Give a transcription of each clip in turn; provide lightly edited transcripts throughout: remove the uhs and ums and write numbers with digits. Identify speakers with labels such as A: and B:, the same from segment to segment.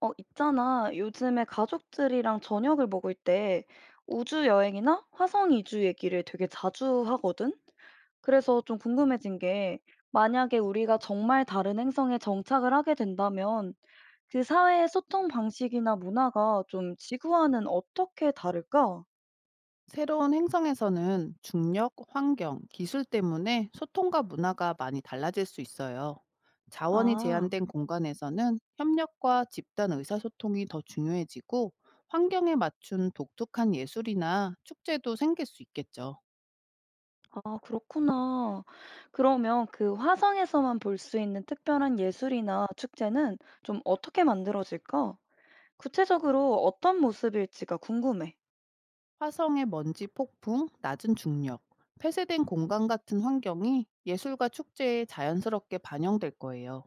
A: 있잖아. 요즘에 가족들이랑 저녁을 먹을 때 우주 여행이나 화성 이주 얘기를 되게 자주 하거든? 그래서 좀 궁금해진 게, 만약에 우리가 정말 다른 행성에 정착을 하게 된다면 그 사회의 소통 방식이나 문화가 좀 지구와는 어떻게 다를까?
B: 새로운 행성에서는 중력, 환경, 기술 때문에 소통과 문화가 많이 달라질 수 있어요. 자원이
A: 아,
B: 제한된 공간에서는 협력과 집단 의사소통이 더 중요해지고 환경에 맞춘 독특한 예술이나 축제도 생길 수 있겠죠.
A: 아, 그렇구나. 그러면 그 화성에서만 볼 수 있는 특별한 예술이나 축제는 좀 어떻게 만들어질까? 구체적으로 어떤 모습일지가 궁금해.
B: 화성의 먼지 폭풍, 낮은 중력, 폐쇄된 공간 같은 환경이 예술과 축제에 자연스럽게 반영될 거예요.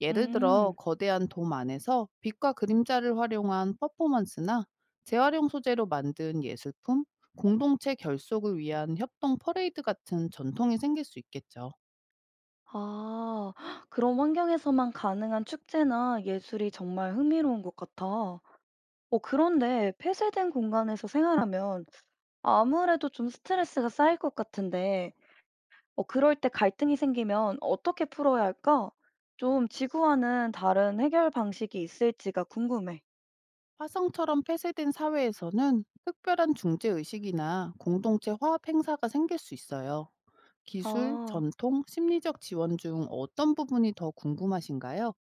B: 예를 들어
A: 음.
B: 거대한 돔 안에서 빛과 그림자를 활용한 퍼포먼스나 재활용 소재로 만든 예술품, 공동체 결속을 위한 협동 퍼레이드 같은 전통이 생길 수 있겠죠.
A: 아, 그런 환경에서만 가능한 축제나 예술이 정말 흥미로운 것 같아. 그런데 폐쇄된 공간에서 생활하면 아무래도 좀 스트레스가 쌓일 것 같은데, 그럴 때 갈등이 생기면 어떻게 풀어야 할까? 좀 지구와는 다른 해결 방식이 있을지가 궁금해.
B: 화성처럼 폐쇄된 사회에서는 특별한 중재 의식이나 공동체 화합 행사가 생길 수 있어요. 기술,
A: 아,
B: 전통, 심리적 지원 중 어떤 부분이 더 궁금하신가요?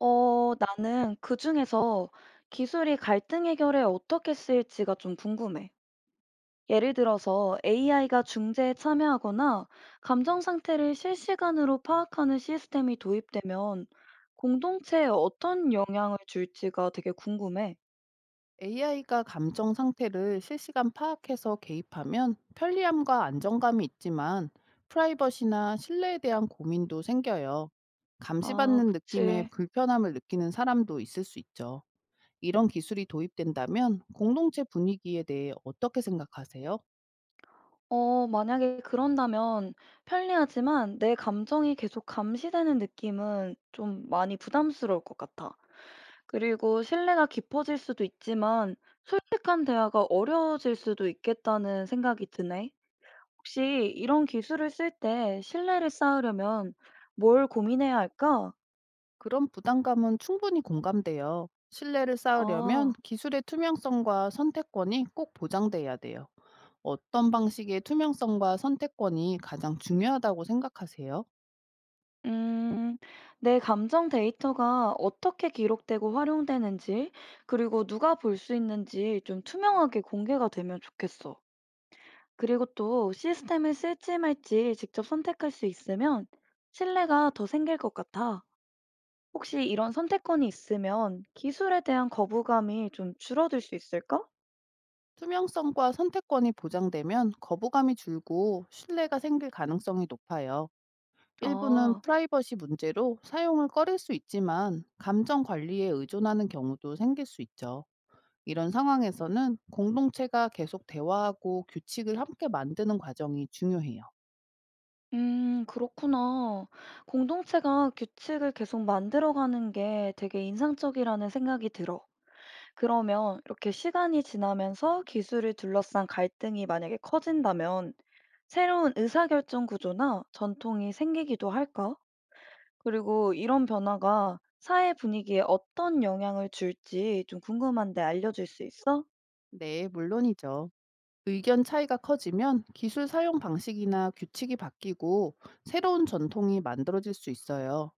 A: 나는 그중에서 기술이 갈등 해결에 어떻게 쓰일지가 좀 궁금해. 예를 들어서 AI가 중재에 참여하거나 감정 상태를 실시간으로 파악하는 시스템이 도입되면 공동체에 어떤 영향을 줄지가 되게 궁금해.
B: AI가 감정 상태를 실시간 파악해서 개입하면 편리함과 안정감이 있지만 프라이버시나 신뢰에 대한 고민도 생겨요.
A: 아,
B: 감시받는 느낌의
A: 그치.
B: 불편함을 느끼는 사람도 있을 수 있죠. 이런 기술이 도입된다면 공동체 분위기에 대해 어떻게 생각하세요?
A: 만약에 그런다면 편리하지만 내 감정이 계속 감시되는 느낌은 좀 많이 부담스러울 것 같아. 그리고 신뢰가 깊어질 수도 있지만 솔직한 대화가 어려워질 수도 있겠다는 생각이 드네. 혹시 이런 기술을 쓸 때 신뢰를 쌓으려면 뭘 고민해야 할까?
B: 그런 부담감은 충분히 공감돼요. 신뢰를 쌓으려면
A: 아,
B: 기술의 투명성과 선택권이 꼭 보장돼야 돼요. 어떤 방식의 투명성과 선택권이 가장 중요하다고 생각하세요?
A: 음, 내 감정 데이터가 어떻게 기록되고 활용되는지, 그리고 누가 볼 수 있는지 좀 투명하게 공개가 되면 좋겠어. 그리고 또 시스템을 쓸지 말지 직접 선택할 수 있으면 신뢰가 더 생길 것 같아. 혹시 이런 선택권이 있으면 기술에 대한 거부감이 좀 줄어들 수 있을까?
B: 투명성과 선택권이 보장되면 거부감이 줄고 신뢰가 생길 가능성이 높아요. 일부는
A: 아.
B: 프라이버시 문제로 사용을 꺼릴 수 있지만 감정 관리에 의존하는 경우도 생길 수 있죠. 이런 상황에서는 공동체가 계속 대화하고 규칙을 함께 만드는 과정이 중요해요.
A: 그렇구나. 공동체가 규칙을 계속 만들어가는 게 되게 인상적이라는 생각이 들어. 그러면 이렇게 시간이 지나면서 기술을 둘러싼 갈등이 만약에 커진다면 새로운 의사결정 구조나 전통이 생기기도 할까? 그리고 이런 변화가 사회 분위기에 어떤 영향을 줄지 좀 궁금한데 알려줄 수 있어?
B: 네, 물론이죠. 의견 차이가 커지면 기술 사용 방식이나 규칙이 바뀌고 새로운 전통이 만들어질 수 있어요.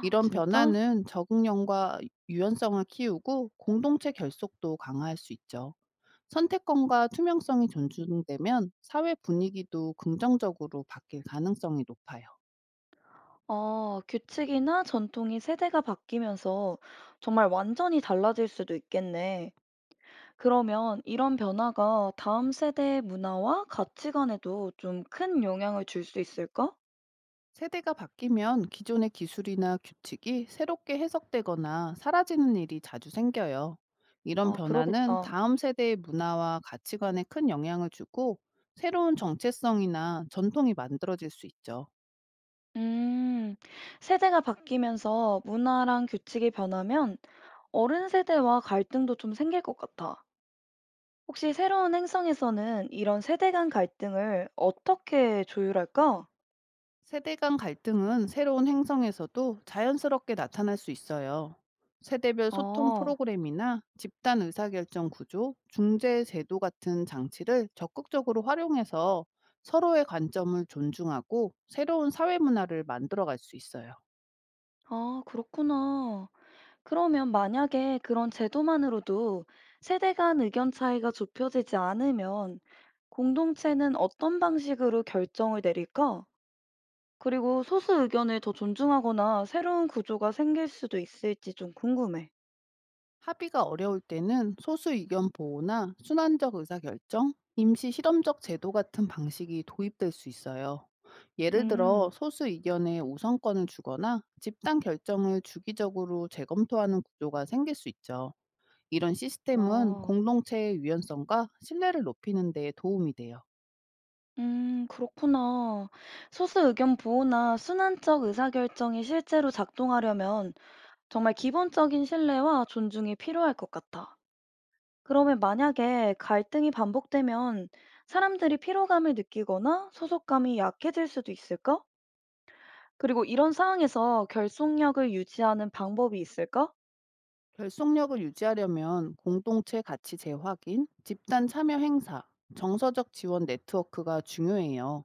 B: 이런
A: 진짜?
B: 변화는 적응력과 유연성을 키우고 공동체 결속도 강화할 수 있죠. 선택권과 투명성이 존중되면 사회 분위기도 긍정적으로 바뀔 가능성이 높아요.
A: 아, 규칙이나 전통이 세대가 바뀌면서 정말 완전히 달라질 수도 있겠네. 그러면 이런 변화가 다음 세대의 문화와 가치관에도 좀 큰 영향을 줄 수 있을까?
B: 세대가 바뀌면 기존의 기술이나 규칙이 새롭게 해석되거나 사라지는 일이 자주 생겨요. 이런
A: 아,
B: 변화는
A: 그러겠다.
B: 다음 세대의 문화와 가치관에 큰 영향을 주고 새로운 정체성이나 전통이 만들어질 수 있죠.
A: 음, 세대가 바뀌면서 문화랑 규칙이 변하면 어른 세대와 갈등도 좀 생길 것 같아. 혹시 새로운 행성에서는 이런 세대 간 갈등을 어떻게 조율할까?
B: 세대 간 갈등은 새로운 행성에서도 자연스럽게 나타날 수 있어요. 세대별 소통
A: 아,
B: 프로그램이나 집단 의사결정 구조, 중재 제도 같은 장치를 적극적으로 활용해서 서로의 관점을 존중하고 새로운 사회 문화를 만들어갈 수 있어요.
A: 아, 그렇구나. 그러면 만약에 그런 제도만으로도 세대 간 의견 차이가 좁혀지지 않으면 공동체는 어떤 방식으로 결정을 내릴까? 그리고 소수 의견을 더 존중하거나 새로운 구조가 생길 수도 있을지 좀 궁금해.
B: 합의가 어려울 때는 소수 의견 보호나 순환적 의사결정, 임시 실험적 제도 같은 방식이 도입될 수 있어요. 예를 들어
A: 음,
B: 소수 의견에 우선권을 주거나 집단 결정을 주기적으로 재검토하는 구조가 생길 수 있죠. 이런 시스템은
A: 아,
B: 공동체의 유연성과 신뢰를 높이는 데 도움이 돼요.
A: 그렇구나. 소수 의견 보호나 순환적 의사결정이 실제로 작동하려면 정말 기본적인 신뢰와 존중이 필요할 것 같아. 그러면 만약에 갈등이 반복되면 사람들이 피로감을 느끼거나 소속감이 약해질 수도 있을까? 그리고 이런 상황에서 결속력을 유지하는 방법이 있을까?
B: 결속력을 유지하려면 공동체 가치 재확인, 집단 참여 행사, 정서적 지원 네트워크가 중요해요.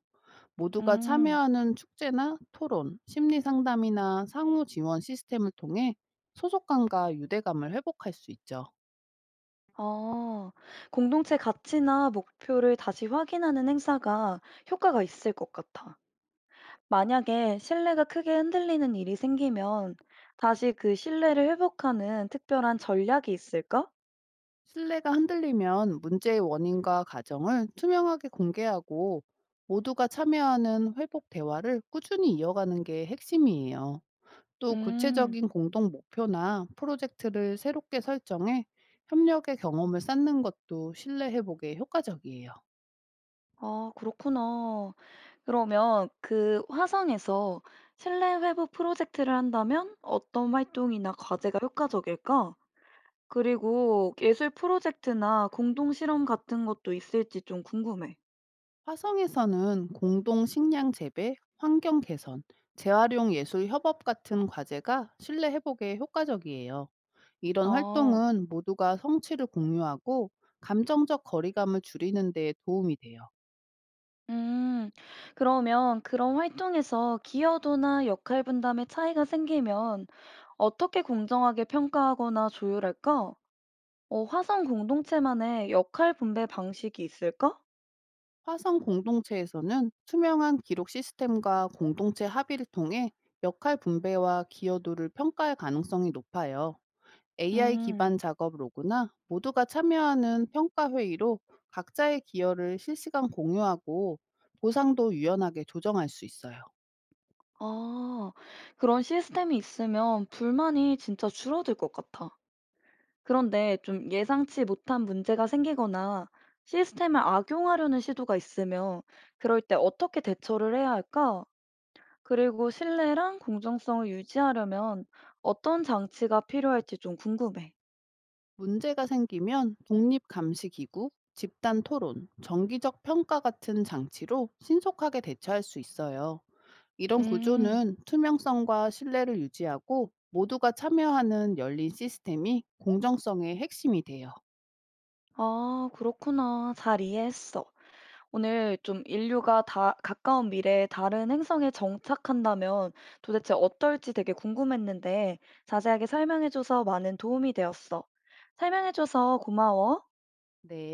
B: 모두가
A: 음,
B: 참여하는 축제나 토론, 심리 상담이나 상호 지원 시스템을 통해 소속감과 유대감을 회복할 수 있죠.
A: 아, 공동체 가치나 목표를 다시 확인하는 행사가 효과가 있을 것 같아. 만약에 신뢰가 크게 흔들리는 일이 생기면 다시 그 신뢰를 회복하는 특별한 전략이 있을까?
B: 신뢰가 흔들리면 문제의 원인과 가정을 투명하게 공개하고 모두가 참여하는 회복 대화를 꾸준히 이어가는 게 핵심이에요. 또
A: 음.
B: 구체적인 공동 목표나 프로젝트를 새롭게 설정해 협력의 경험을 쌓는 것도 신뢰 회복에 효과적이에요.
A: 아, 그렇구나. 그러면 그 화성에서 실내 회복 프로젝트를 한다면 어떤 활동이나 과제가 효과적일까? 그리고 예술 프로젝트나 공동 실험 같은 것도 있을지 좀 궁금해.
B: 화성에서는 공동 식량 재배, 환경 개선, 재활용 예술 협업 같은 과제가 신뢰 회복에 효과적이에요. 이런
A: 아,
B: 활동은 모두가 성취를 공유하고 감정적 거리감을 줄이는 데 도움이 돼요.
A: 음, 그러면 그런 활동에서 기여도나 역할 분담의 차이가 생기면 어떻게 공정하게 평가하거나 조율할까? 화성 공동체만의 역할 분배 방식이 있을까?
B: 화성 공동체에서는 투명한 기록 시스템과 공동체 합의를 통해 역할 분배와 기여도를 평가할 가능성이 높아요. AI
A: 음.
B: 기반 작업 로그나 모두가 참여하는 평가 회의로 각자의 기여를 실시간 공유하고 보상도 유연하게 조정할 수 있어요.
A: 아, 그런 시스템이 있으면 불만이 진짜 줄어들 것 같아. 그런데 좀 예상치 못한 문제가 생기거나 시스템을 악용하려는 시도가 있으면 그럴 때 어떻게 대처를 해야 할까? 그리고 신뢰랑 공정성을 유지하려면 어떤 장치가 필요할지 좀 궁금해.
B: 문제가 생기면 독립 감시 기구, 집단 토론, 정기적 평가 같은 장치로 신속하게 대처할 수 있어요. 이런
A: 음,
B: 구조는 투명성과 신뢰를 유지하고 모두가 참여하는 열린 시스템이 공정성의 핵심이 돼요.
A: 아, 그렇구나. 잘 이해했어. 오늘 좀 인류가 다 가까운 미래에 다른 행성에 정착한다면 도대체 어떨지 되게 궁금했는데 자세하게 설명해줘서 많은 도움이 되었어. 설명해줘서 고마워.
B: 네.